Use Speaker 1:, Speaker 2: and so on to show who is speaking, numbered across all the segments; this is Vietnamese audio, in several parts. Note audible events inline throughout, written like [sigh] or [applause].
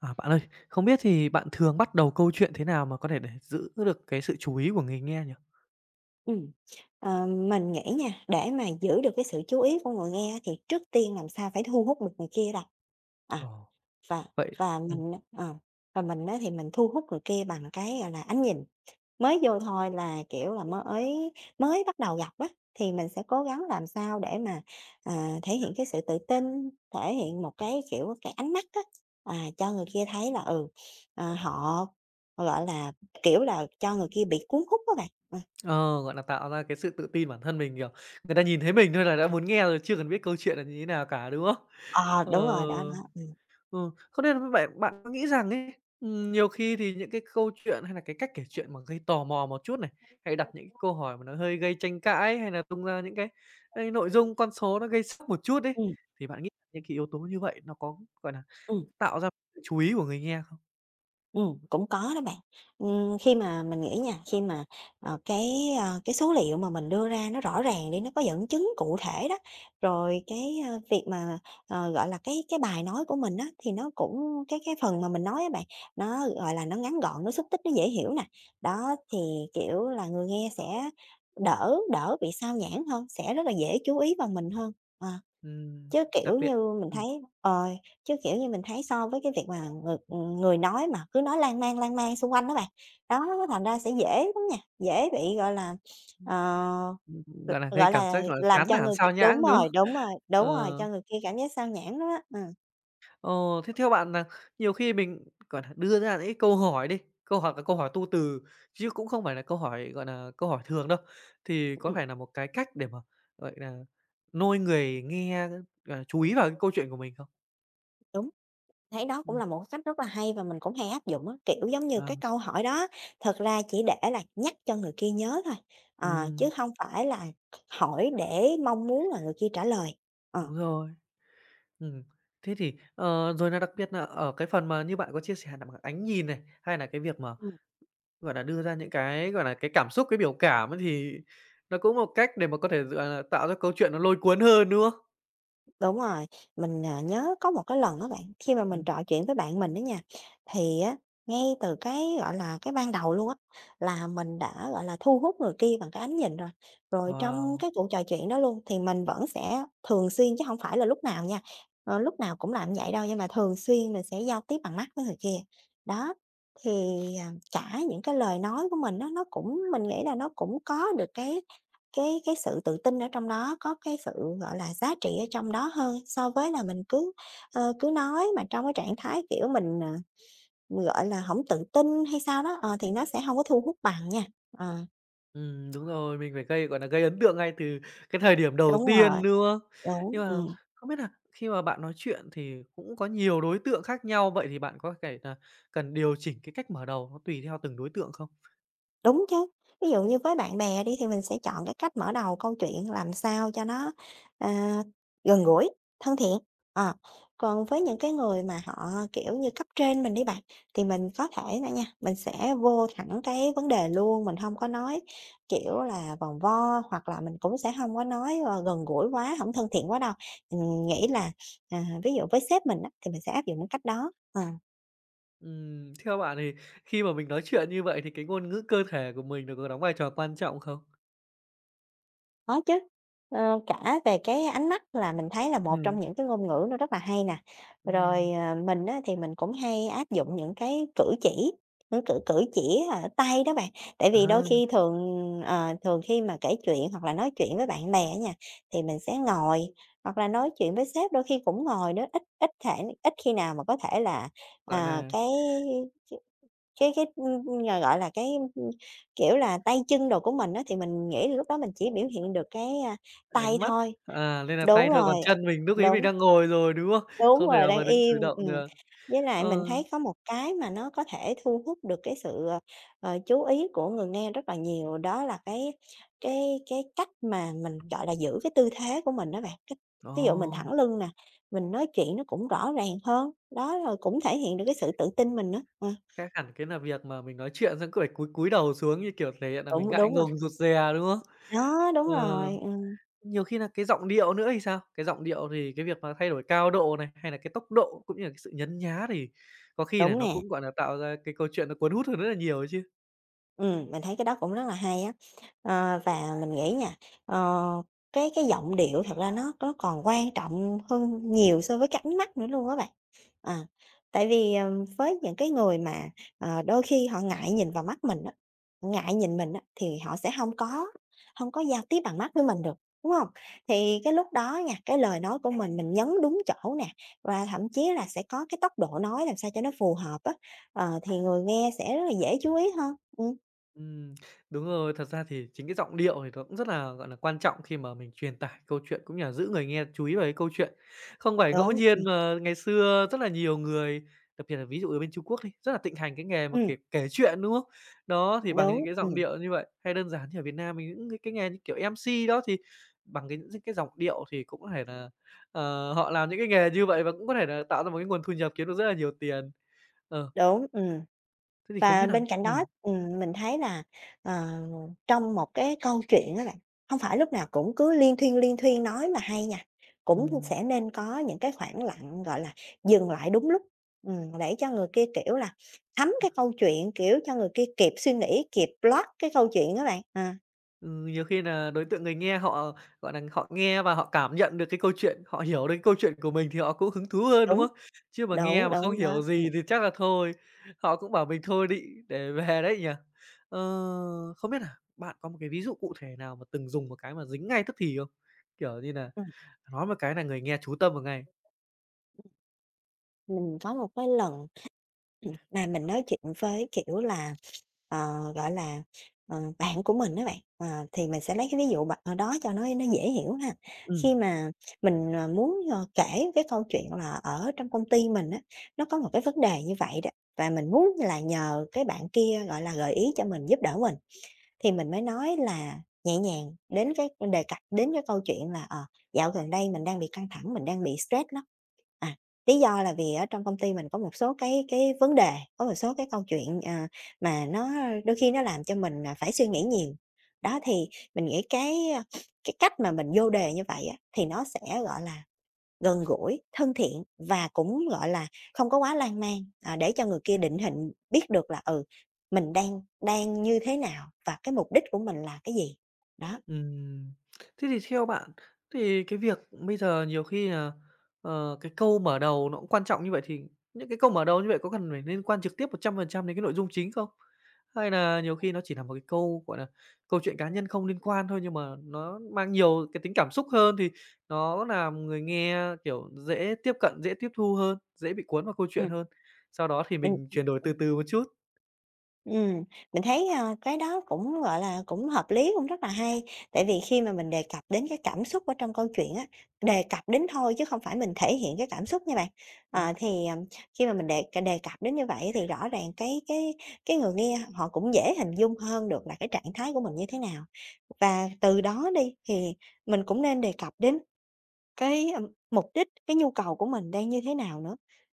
Speaker 1: À, bạn ơi, không biết thì bạn thường bắt đầu câu chuyện thế nào mà có thể để giữ được cái sự chú ý của người nghe nhỉ?
Speaker 2: Ừm, mình nghĩ nha, để mà giữ được cái sự chú ý của người nghe á, thì trước tiên làm sao phải thu hút được người kia đã. À,
Speaker 1: Ồ.
Speaker 2: và
Speaker 1: Vậy
Speaker 2: và
Speaker 1: ừm,
Speaker 2: mình ờ, và mình á thì mình thu hút người kia bằng cái, gọi là, ánh nhìn. Mới vô thôi là, kiểu là, mới mới bắt đầu gặp á, thì mình sẽ cố gắng làm sao để mà, à, thể hiện cái sự tự tin, thể hiện một cái, kiểu, cái ánh mắt á, à, cho người kia thấy là, ừ, ờ, họ, họ gọi là, kiểu là, cho người kia bị cuốn hút á bạn. Ờ.
Speaker 1: ờ, gọi là, tạo ra cái sự tự tin bản thân mình, kiểu, người ta nhìn thấy mình thôi là đã muốn nghe rồi, chưa cần biết câu chuyện là như thế nào cả, đúng không?
Speaker 2: Ờ,
Speaker 1: Ờ,
Speaker 2: đúng rồi, đó, đó,
Speaker 1: ừ, không nên là vậy bạn có nghĩ rằng ấy, nhiều khi thì những cái câu chuyện hay là cái cách kể chuyện mà gây tò mò một chút này, hay đặt những cái câu hỏi mà nó hơi gây tranh cãi, hay là tung ra những cái nội dung con số nó gây sốc một chút đấy,
Speaker 2: Ừm,
Speaker 1: thì bạn nghĩ những cái yếu tố như vậy nó có, gọi là,
Speaker 2: ừm,
Speaker 1: tạo ra sự chú ý của người nghe không?
Speaker 2: cũng có đó bạn. Khi mà mình nghĩ nha, khi mà, ờ, cái, ơ, cái số liệu mà mình đưa ra nó rõ ràng đi, nó có dẫn chứng cụ thể đó, rồi cái, ơ, việc mà, ờ, gọi là, cái bài nói của mình á, thì nó cũng cái phần mà mình nói á bạn, nó, gọi là, nó ngắn gọn, nó xúc tích, nó dễ hiểu nè. Đó, thì, kiểu là, người nghe sẽ đỡ đỡ bị xao nhãng hơn, sẽ rất là dễ chú ý vào mình hơn. Ờ.
Speaker 1: Ừm,
Speaker 2: Chứ,
Speaker 1: đặc
Speaker 2: kiểu
Speaker 1: biệt
Speaker 2: như, mình thấy
Speaker 1: ừm,
Speaker 2: ờ, chứ, kiểu như, mình thấy so với cái việc mà người người nói mà cứ nói lan man xung quanh đó bạn, đó, thành ra sẽ dễ lắm nha, dễ bị, gọi là, ờ,
Speaker 1: gọi là, gây
Speaker 2: gọi
Speaker 1: cảm
Speaker 2: là,
Speaker 1: giác, gọi là,
Speaker 2: làm
Speaker 1: chán
Speaker 2: cho
Speaker 1: nản,
Speaker 2: người k
Speaker 1: xao
Speaker 2: đúng
Speaker 1: nhãng, đúng
Speaker 2: rồi,
Speaker 1: không?
Speaker 2: đúng rồi, đúng rồi,
Speaker 1: Ờ,
Speaker 2: cho người kia cảm giác sao nhãng đó, á.
Speaker 1: ồ, thế theo bạn là nhiều khi mình, gọi là đưa ra những cái câu hỏi đi, câu hỏi là câu hỏi tu từ, chứ cũng không phải là câu hỏi, gọi là câu hỏi thường đâu, thì có
Speaker 2: Ừm,
Speaker 1: phải là một cái cách để mà, gọi là nôi người nghe, gọi là, chú ý vào cái câu chuyện của mình không?
Speaker 2: đúng, thấy đó cũng
Speaker 1: Ừm.
Speaker 2: là một cách rất là hay và mình cũng hay áp dụng á, kiểu, giống như
Speaker 1: Ờ.
Speaker 2: cái câu hỏi đó thật ra chỉ để là nhắc cho người kia nhớ thôi, chứ
Speaker 1: Ừm,
Speaker 2: không phải là hỏi để mong muốn là người kia trả lời. Ờ.
Speaker 1: đúng rồi, ừm. Thế thì, rồi là đặc biệt nà ở cái phần mà như bạn có chia sẻ nà bằng ánh nhìn này, hay nà cái việc mà gọi là, đưa ra những cái, gọi là, cái cảm xúc, cái biểu cảm ấy thì nó cũng một cách để mà có thể, gọi là, tạo ra câu chuyện nó lôi cuốn hơn, đúng không?
Speaker 2: Đúng rồi, mình, à, nhớ có một cái lần đó bạn, khi mà mình
Speaker 1: Ừm,
Speaker 2: trò chuyện với bạn mình đó nha, thì á, ngay từ cái, gọi là, cái ban đầu luôn á, là mình đã, gọi là, thu hút người kia bằng cái ánh nhìn rồi. Rồi trong
Speaker 1: wow,
Speaker 2: cái cuộc trò chuyện đó luôn thì mình vẫn sẽ thường xuyên chứ không phải là lúc nào nha, lúc nào cũng làm vậy đâu, nhưng mà thường xuyên mình sẽ giao tiếp bằng mắt với người kia. Đó, thì, à, cả những cái lời nói của mình đó nó cũng mình nghĩ là nó cũng có được cái cái sự tự tin ở trong đó, có cái sự, gọi là, giá trị ở trong đó hơn so với là mình cứ, cứ nói mà trong cái trạng thái, kiểu, mình, à, gọi là, không tự tin hay sao đó, ờ, thì nó sẽ không có thu hút bằng nha. Ờ,
Speaker 1: đúng rồi, mình phải gây, gọi là, gây ấn tượng ngay từ cái thời điểm đầu
Speaker 2: đúng rồi,
Speaker 1: tiên, đúng không?
Speaker 2: đúng,
Speaker 1: Nhưng mà
Speaker 2: ừm.
Speaker 1: không biết là khi mà bạn nói chuyện thì cũng có nhiều đối tượng khác nhau, vậy thì bạn có thể nà cần điều chỉnh cái cách mở đầu nó tùy theo từng đối tượng không?
Speaker 2: Đúng chứ. Ví dụ như với bạn bè đi thì mình sẽ chọn cái cách mở đầu câu chuyện làm sao cho nó, ờ, gần gũi, thân thiện, ờ. Còn với những cái người mà họ, kiểu như, cấp trên mình đi bạn, thì mình có thể nà nha, mình sẽ vô thẳng cái vấn đề luôn, mình không có nói, kiểu là, vòng vo, hoặc là mình cũng sẽ không có nói, gần gũi quá, không thân thiện quá đâu. Mình nghĩ là, à, ví dụ với sếp mình á, thì mình sẽ áp dụng cái cách đó, ờ.
Speaker 1: Theo bạn thì khi mà mình nói chuyện như vậy thì cái ngôn ngữ cơ thể của mình nó có đóng vai trò quan trọng không?
Speaker 2: Có chứ, ờ, cả về cái ánh mắt là mình thấy là một
Speaker 1: Ừm,
Speaker 2: trong những cái ngôn ngữ nó rất là hay nè. Rồi,
Speaker 1: ừm,
Speaker 2: ờ, mình á thì mình cũng hay áp dụng những cái cử chỉ, những cử cử chỉ ở tay đó bạn. Tại vì đôi
Speaker 1: à,
Speaker 2: khi thường, thường khi mà kể chuyện hoặc là nói chuyện với bạn bè á nha, thì mình sẽ ngồi, hoặc là nói chuyện với sếp đôi khi cũng ngồi nữa, ít ít thể ít khi nào mà có thể là,
Speaker 1: gọi
Speaker 2: à,
Speaker 1: nà
Speaker 2: cái gọi là, ưm, kiểu là, tay chân đồ của mình á, thì mình nghĩ là lúc đó mình chỉ biểu hiện được cái, a, tay
Speaker 1: đánh mắt,
Speaker 2: thôi.
Speaker 1: nên là
Speaker 2: Đúng
Speaker 1: tay thôi,
Speaker 2: rồi,
Speaker 1: còn
Speaker 2: à,
Speaker 1: chân mình lúc ấy mình
Speaker 2: đúng,
Speaker 1: đang ngồi rồi, đúng không?
Speaker 2: đúng
Speaker 1: Không thể
Speaker 2: rồi,
Speaker 1: nào
Speaker 2: đang
Speaker 1: mà đứng
Speaker 2: im,
Speaker 1: cử động
Speaker 2: ừm.
Speaker 1: được.
Speaker 2: Với lại
Speaker 1: Ờ,
Speaker 2: mình thấy có một cái mà nó có thể thu hút được cái sự, chú ý của người nghe rất là nhiều, đó là cái cách mà mình, gọi là, giữ cái tư thế của mình đó bạn. Cái
Speaker 1: ồ,
Speaker 2: ví dụ mình thẳng lưng nè, mình nói chuyện nó cũng rõ ràng hơn, đó, rồi cũng thể hiện được cái sự tự tin mình nữa. Ờ,
Speaker 1: khác hẳn cái là việc mà mình nói chuyện xong cứ phải cúi cúi đầu xuống như kiểu thể hiện là mình
Speaker 2: đúng,
Speaker 1: ngại
Speaker 2: đúng rồi.
Speaker 1: ngùng, rụt rè, đúng không?
Speaker 2: Đó, đúng
Speaker 1: Ờ,
Speaker 2: rồi,
Speaker 1: nhiều khi là cái giọng điệu nữa thì sao? Cái giọng điệu thì cái việc mà thay đổi cao độ này, hay là cái tốc độ cũng như là cái sự nhấn nhá thì có khi nà
Speaker 2: đúng
Speaker 1: nó
Speaker 2: nè.
Speaker 1: cũng, gọi là tạo ra cái câu chuyện nó cuốn hút hơn rất là nhiều chứ.
Speaker 2: Mình thấy cái đó cũng rất là hay á. Ờ, và mình nghĩ nha, ờ, cái giọng điệu thật ra nó còn quan trọng hơn nhiều so với cái ánh mắt nữa luôn á bạn. À, tại vì, với những cái người mà, đôi khi họ ngại nhìn vào mắt mình á, ngại nhìn mình á, thì họ sẽ không có giao tiếp bằng mắt với mình được, đúng không? Thì cái lúc đó nha, cái lời nói của mình nhấn đúng chỗ nè, và thậm chí là sẽ có cái tốc độ nói làm sao cho nó phù hợp á, ờ, thì người nghe sẽ rất là dễ chú ý hơn. Ừm.
Speaker 1: Ừm, đúng rồi. Thật ra thì chính cái giọng điệu thì nó cũng rất là, gọi là, quan trọng khi mà mình truyền tải câu chuyện, cũng như là giữ người nghe chú ý vào cái câu chuyện. Không phải ngẫu
Speaker 2: Đúng,
Speaker 1: nhiên mà ngày xưa rất là nhiều người, đặc biệt là ví dụ ở bên Trung Quốc đi, rất là thịnh hành cái nghề mà
Speaker 2: ừm,
Speaker 1: kể kể chuyện, đúng không? Đó, thì bằng những
Speaker 2: đúng,
Speaker 1: cái giọng điệu như vậy, hay đơn giản thì ở Việt Nam mình những cái nghề như kiểu MC đó, thì bằng cái những cái giọng điệu thì cũng có thể là, ờ, họ làm những cái nghề như vậy và cũng có thể là tạo ra một cái nguồn thu nhập kiếm được rất là nhiều tiền. Ờ,
Speaker 2: đúng.
Speaker 1: thế thì không
Speaker 2: Và
Speaker 1: biết là
Speaker 2: bên cạnh đó, mình thấy là, ờ, trong một cái câu chuyện á bạn, hông phải lúc nào cũng cứ liên thuyên nói mà hay nha, cũng
Speaker 1: ừm.
Speaker 2: sẽ nên có những cái khoảng lặng, gọi là, dừng lại đúng lúc, để cho người kia, kiểu là, thấm cái câu chuyện, kiểu, cho người kia kịp suy nghĩ, kịp plot cái câu chuyện á bạn. À,
Speaker 1: Ừ, nhiều khi là đối tượng người nghe họ, gọi là họ nghe và họ cảm nhận được cái câu chuyện, họ hiểu được cái câu chuyện của mình thì họ cũng hứng thú hơn, đúng
Speaker 2: đúng,
Speaker 1: không? Chứ mà nghe
Speaker 2: đúng,
Speaker 1: mà không
Speaker 2: đúng, đó,
Speaker 1: hiểu
Speaker 2: ừm.
Speaker 1: gì thì chắc là thôi, họ cũng bảo mình thôi đi, để về đấy nhỉ? Ờ, không biết là bạn có một cái ví dụ cụ thể nào mà từng dùng một cái mà dính ngay tức thì không? Kiểu như là nói một cái là người nghe chú tâm vào ngay.
Speaker 2: Mình có một cái lần [clears throat] mà mình nói chuyện với, kiểu là, gọi là, bạn của mình á bạn, thì mình sẽ lấy cái ví dụ bạn ờ, đó cho nó dễ hiểu ha.
Speaker 1: Ừm.
Speaker 2: Khi mà mình, muốn, kể cái câu chuyện là ở trong công ty mình á, nó có một cái vấn đề như vậy đó, và mình muốn là nhờ cái bạn kia, gọi là, gợi ý cho mình, giúp đỡ mình. Thì mình mới nói là nhẹ nhàng đến cái đề cập đến cái câu chuyện là, ờ, "Dạo gần đây mình đang bị căng thẳng, mình đang bị stress lắm." À, lý do là vì ở trong công ty mình có một số cái vấn đề, có một số cái câu chuyện, mà nó đôi khi nó làm cho mình, à, phải suy nghĩ nhiều. Đó, thì mình nghĩ cái, cái cách mà mình vô đề như vậy á, thì nó sẽ, gọi là, gần gũi, thân thiện và cũng, gọi là, không có quá lan man, à, để cho người kia định hình, biết được là, ừ, mình đang đang như thế nào và cái mục đích của mình là cái gì. Đó,
Speaker 1: Ừm, thế thì theo bạn thì cái việc bây giờ nhiều khi là, cái câu mở đầu nó cũng quan trọng như vậy thì những cái câu mở đầu như vậy có cần phải liên quan trực tiếp 100% đến cái nội dung chính không? Hay là nhiều khi nó chỉ là một cái câu, gọi là, câu chuyện cá nhân không liên quan thôi nhưng mà nó mang nhiều cái tính cảm xúc hơn thì nó làm người nghe, kiểu, dễ tiếp cận, dễ tiếp thu hơn, dễ bị cuốn vào câu chuyện
Speaker 2: Ừm.
Speaker 1: hơn, sau đó thì
Speaker 2: mình
Speaker 1: mình chuyển đổi từ từ một chút.
Speaker 2: Ừm, mình thấy, a, cái đó cũng, gọi là, cũng hợp lý, cũng rất là hay. Tại vì khi mà mình đề cập đến cái cảm xúc ở trong câu chuyện á, đề cập đến thôi chứ không phải mình thể hiện cái cảm xúc nha bạn. Ờ,
Speaker 1: Ừm,
Speaker 2: thì, khi mà mình đề đề cập đến như vậy thì rõ ràng cái người nghe họ cũng dễ hình dung hơn được là cái trạng thái của mình như thế nào. Và từ đó đi thì mình cũng nên đề cập đến cái, mục đích, cái nhu cầu của mình đang như thế nào nữa.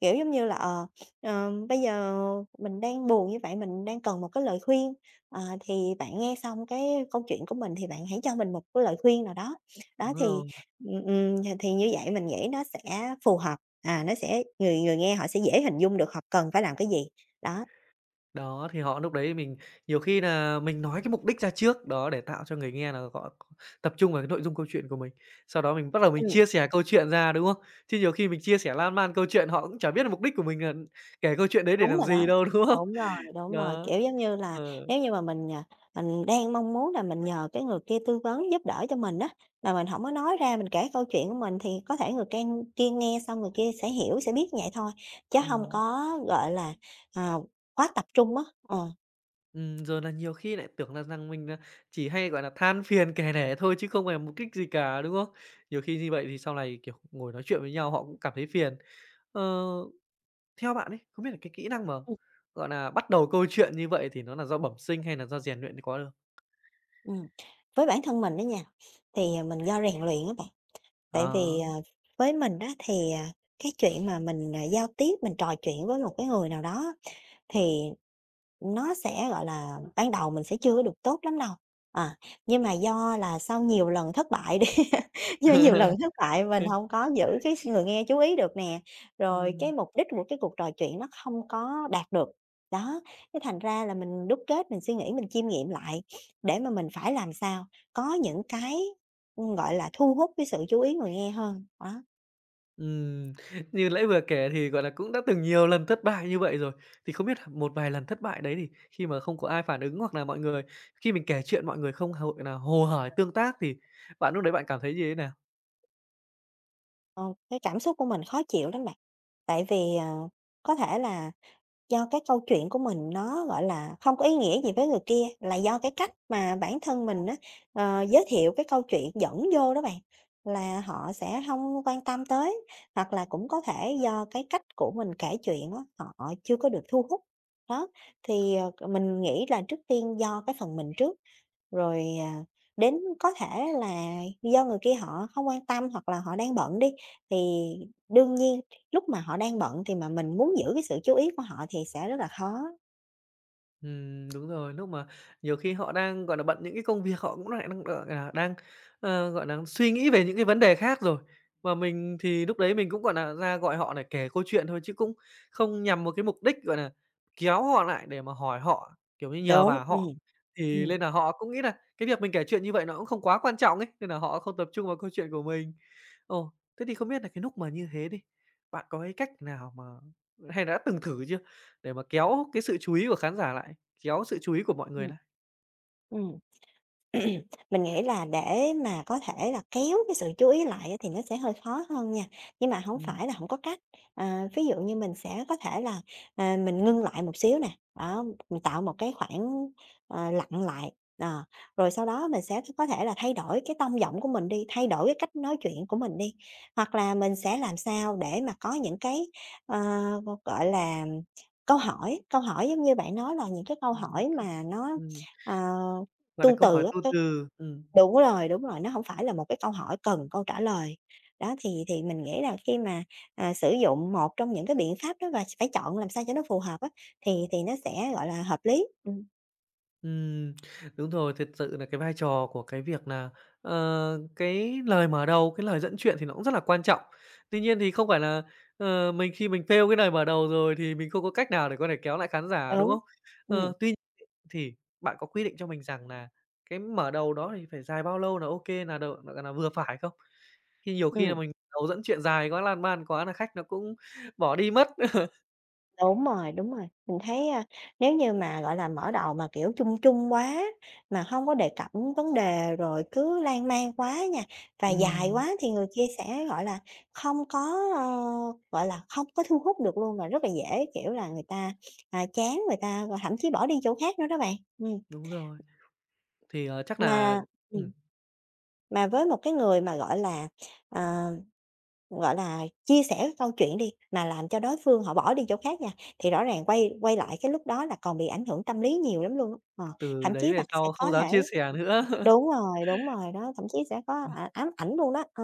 Speaker 2: Kiểu, giống như là, bây giờ mình đang buồn như vậy, mình đang cần một cái lời khuyên, ờ, thì bạn nghe xong cái câu chuyện của mình thì bạn hãy cho mình một cái lời khuyên nào đó.
Speaker 1: đúng
Speaker 2: Đó, thì,
Speaker 1: rồi.
Speaker 2: thì như vậy mình nghĩ nó sẽ phù hợp, à, nó sẽ người người nghe họ sẽ dễ hình dung được họ cần phải làm cái gì, đó.
Speaker 1: Đó, thì họ lúc đấy mình nhiều khi nà mình nói cái mục đích ra trước, đó, để tạo cho người nghe là họ tập trung vào cái nội dung câu chuyện của mình. Sau đó mình bắt đầu mình chia sẻ câu chuyện ra, đúng không? Chứ nhiều khi mình chia sẻ lan man câu chuyện họ cũng chả biết là mục đích của mình là kể câu chuyện đấy để
Speaker 2: Đúng
Speaker 1: làm
Speaker 2: rồi đó.
Speaker 1: gì đâu, [laughs] đúng không?
Speaker 2: Đúng rồi,
Speaker 1: Đó.
Speaker 2: kiểu, giống như là,
Speaker 1: Ờ,
Speaker 2: nếu như mà mình, à, mình đang mong muốn là mình nhờ cái người kia tư vấn giúp đỡ cho mình á, mà mình không có nói ra, mình kể câu chuyện của mình thì có thể người can kia nghe xong người kia sẽ hiểu, sẽ biết vậy thôi, chứ không
Speaker 1: ừm,
Speaker 2: có, gọi là, ờ, quá tập trung á. Ờ,
Speaker 1: rồi là nhiều khi lại tưởng là rằng mình là chỉ hay, gọi là, than phiền kể lể thôi chứ không phải mục đích gì cả, đúng không? Nhiều khi như vậy thì sau này, kiểu, ngồi nói chuyện với nhau họ cũng cảm thấy phiền. Ờ. Theo bạn ấy, không biết là cái kỹ năng mà,
Speaker 2: Ừm.
Speaker 1: gọi là bắt đầu câu chuyện như vậy thì nó là do bẩm sinh hay là do rèn luyện mới có được?
Speaker 2: ừm. Với bản thân mình đó nha, thì, mình do rèn luyện á bạn. Tại vì,
Speaker 1: Đó.
Speaker 2: với mình đó thì, cái chuyện mà mình, giao tiếp, mình trò chuyện với một cái người nào đó thì nó sẽ, gọi là, ban đầu mình sẽ chưa có được tốt lắm đâu, à, nhưng mà do là sau nhiều lần thất bại đi, [laughs] do nhiều lần thất bại mình
Speaker 1: Ừm.
Speaker 2: không có giữ cái người nghe chú ý được nè, rồi cái
Speaker 1: Ừm,
Speaker 2: mục đích của cái cuộc trò chuyện nó không có đạt được. Đó, cái thành ra là mình đúc kết, mình suy nghĩ, mình chiêm nghiệm lại để mà mình phải làm sao có những cái, gọi là, thu hút cái sự chú ý người nghe hơn. Đó,
Speaker 1: ừm, như nãy vừa kể thì, gọi là, cũng đã từng nhiều lần thất bại như vậy rồi, thì không biết là một vài lần thất bại đấy thì khi mà không có ai phản ứng hoặc là mọi người khi mình kể chuyện mọi người không hội là hồ hởi tương tác thì bạn lúc đấy bạn cảm thấy như thế nào?
Speaker 2: ờ, cái cảm xúc của mình khó chịu lắm bạn. Tại vì, có thể là do cái câu chuyện của mình nó, gọi là, không có ý nghĩa gì với người kia, là do cái cách mà bản thân mình á, giới thiệu cái câu chuyện dẫn vô đó bạn, là họ sẽ không quan tâm tới. Hoặc là cũng có thể do cái cách của mình kể chuyện á, họ chưa có được thu hút. Đó, thì, mình nghĩ là trước tiên do cái phần mình trước. Rồi, đến có thể là do người kia họ không quan tâm hoặc là họ đang bận đi, thì đương nhiên lúc mà họ đang bận thì mà mình muốn giữ cái sự chú ý của họ thì sẽ rất là khó.
Speaker 1: Đúng rồi, lúc mà nhiều khi họ đang, gọi là, bận những cái công việc họ cũng lại đang, gọi là, đang, gọi là, suy nghĩ về những cái vấn đề khác rồi. Mà mình thì lúc đấy mình cũng, gọi là ra gọi họ để kể câu chuyện thôi chứ cũng không nhằm một cái mục đích, gọi là kéo họ lại để mà hỏi họ, kiểu như, nhờ
Speaker 2: Đúng.
Speaker 1: vả họ.
Speaker 2: Ừm,
Speaker 1: Thì
Speaker 2: ừm,
Speaker 1: nên là họ cũng nghĩ là cái việc mình kể chuyện như vậy nó cũng không quá quan trọng ấy, nên là họ không tập trung vào câu chuyện của mình. Ồ, thế thì không biết là cái lúc mà như thế đi, bạn có cái cách nào mà hay đã từng thử chưa? Để mà kéo cái sự chú ý của khán giả lại, kéo sự chú ý của mọi người
Speaker 2: ừm.
Speaker 1: lại?
Speaker 2: Ừm. [clears throat] Mình nghĩ là để mà có thể là kéo cái sự chú ý lại á thì nó sẽ hơi khó hơn nha, nhưng mà không
Speaker 1: Ừm,
Speaker 2: phải là không có cách. Ờ, ví dụ như mình sẽ có thể là, mình ngưng lại một xíu nè, đó, mình tạo một cái khoảng, lặng lại, ờ, rồi sau đó mình sẽ có thể là thay đổi cái tông giọng của mình đi, thay đổi cái cách nói chuyện của mình đi. Hoặc là mình sẽ làm sao để mà có những cái, ờ, gọi là, câu hỏi giống như bạn nói là những cái câu
Speaker 1: những
Speaker 2: hỏi
Speaker 1: cái-
Speaker 2: mà nó,
Speaker 1: ừm,
Speaker 2: ờ,
Speaker 1: gọi nà
Speaker 2: tu
Speaker 1: câu
Speaker 2: từ
Speaker 1: hỏi
Speaker 2: á,
Speaker 1: tu
Speaker 2: cái
Speaker 1: từ.
Speaker 2: đúng rồi, đúng rồi, nó hổng phải là một cái câu hỏi cần câu trả lời. Đó, thì mình nghĩ là khi mà, sử dụng một trong những cái biện pháp đó và phải chọn làm sao cho nó phù hợp á, thì nó sẽ, gọi là, hợp lý.
Speaker 1: Ừm, đúng rồi, thật sự là cái vai trò của cái việc là cái lời mở đầu, cái lời dẫn chuyện thì nó cũng rất là quan trọng. Tuy nhiên thì không phải là, mình khi mình fail cái lời mở đầu rồi thì mình không có cách nào để có thể kéo lại khán giả, đúng
Speaker 2: Đúng.
Speaker 1: không?
Speaker 2: Ừm,
Speaker 1: Ờ, tuy thì bạn có quy định cho mình rằng là cái mở đầu đó thì phải dài bao lâu là ok là đầu là vừa phải không? Khi nhiều khi là
Speaker 2: ừm.
Speaker 1: mình đầu dẫn chuyện dài quá, lan man quá là khách nó cũng [laughs] bỏ đi mất. [laughs]
Speaker 2: Đúng rồi, đúng rồi. Mình thấy, nếu như mà, gọi là, mở đầu mà, kiểu, chung chung quá, mà không có đề cập đến vấn đề rồi cứ lan man quá nha, và dài
Speaker 1: Ừm,
Speaker 2: quá thì người kia sẽ, gọi là, không có, ơ, gọi là, không có thu hút được luôn, và rất là dễ, kiểu là, người ta, chán, người ta, thậm chí bỏ đi chỗ khác nữa đó bạn.
Speaker 1: đúng rồi. Thì, ờ, chắc là
Speaker 2: Mà
Speaker 1: ừm,
Speaker 2: ừm. Mà với một cái người mà, gọi là, ờ, gọi là, chia sẻ cái câu chuyện đi, mà làm cho đối phương họ bỏ đi chỗ khác nha, thì rõ ràng quay quay lại cái lúc đó là còn bị ảnh hưởng tâm lý nhiều lắm luôn á. Ờ,
Speaker 1: từ
Speaker 2: thậm
Speaker 1: đấy
Speaker 2: chí
Speaker 1: về
Speaker 2: là sẽ
Speaker 1: sau
Speaker 2: có
Speaker 1: không dám
Speaker 2: thể
Speaker 1: chia sẻ nữa. [laughs]
Speaker 2: đúng rồi đó, thậm chí sẽ có, ám ảnh luôn đó. Ờ,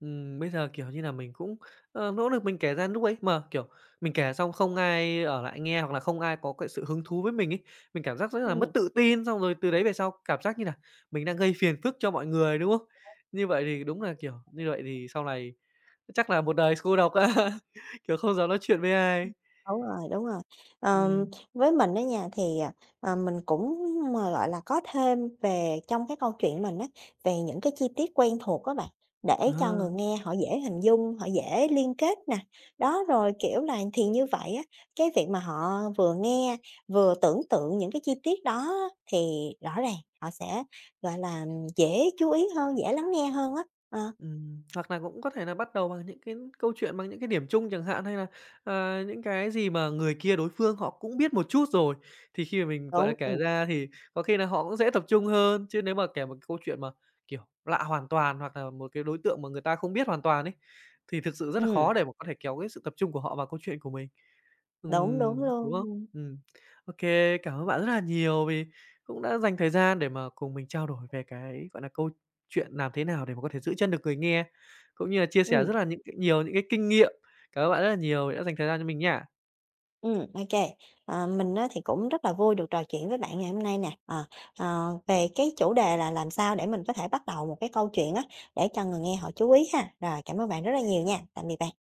Speaker 1: Bây giờ, kiểu như là, mình cũng, nỗ lực mình kể ra lúc ấy mà, kiểu, mình kể xong không ai ở lại nghe hoặc là không ai có cái sự hứng thú với mình ấy, mình cảm giác rất là mất
Speaker 2: ừm,
Speaker 1: tự tin, xong rồi từ đấy về sau cảm giác như là mình đang gây phiền phức cho mọi người, đúng không? Như vậy thì đúng là, kiểu, như vậy thì sau này chắc là một đời cô độc á, [laughs] kiểu, không dám nói chuyện với ai.
Speaker 2: đúng rồi, đúng rồi. Ờm,
Speaker 1: Ừm,
Speaker 2: với mình đó nha, thì, mình cũng mà, gọi là, có thêm về trong cái câu chuyện mình á, về những cái chi tiết quen thuộc các bạn, để cho
Speaker 1: ờ.
Speaker 2: người nghe họ dễ hình dung, họ dễ liên kết nè. Đó, rồi, kiểu là, thì như vậy á, cái việc mà họ vừa nghe, vừa tưởng tượng những cái chi tiết đó á, thì rõ ràng họ sẽ, gọi là, dễ chú ý hơn, dễ lắng nghe hơn á. Ờ,
Speaker 1: Hoặc là cũng có thể là bắt đầu bằng những cái câu chuyện bằng những cái điểm chung chẳng hạn, hay là, những cái gì mà người kia đối phương họ cũng biết một chút rồi, thì khi mà mình, gọi là,
Speaker 2: đúng,
Speaker 1: kể ra thì có khi là họ cũng dễ tập trung hơn. Chứ nếu mà kể một cái câu chuyện mà, kiểu, lạ hoàn toàn hoặc là một cái đối tượng mà người ta không biết hoàn toàn ấy, thì thực sự rất là
Speaker 2: ừm,
Speaker 1: khó để mà có thể kéo cái sự tập trung của họ vào câu chuyện của mình.
Speaker 2: đúng, đúng
Speaker 1: Đúng
Speaker 2: luôn,
Speaker 1: không?
Speaker 2: ừm.
Speaker 1: Ừm. OK, cảm ơn bạn rất là nhiều vì cũng đã dành thời gian để mà cùng mình trao đổi về cái, gọi là, câu chuyện làm thế nào để mà có thể giữ chân được người nghe, cũng như là chia sẻ rất là những cái nhiều những cái kinh nghiệm. Cảm ơn bạn rất là nhiều vì đã dành thời gian cho mình nha.
Speaker 2: Ok kê. Ờ, mình á thì cũng rất là vui được trò chuyện với bạn ngày hôm nay nè. Ờ, Về cái chủ đề là làm sao để mình có thể bắt đầu một cái câu chuyện á, để cho người nghe họ chú ý ha. Rồi, cảm ơn bạn rất là nhiều nha. Tạm biệt bạn.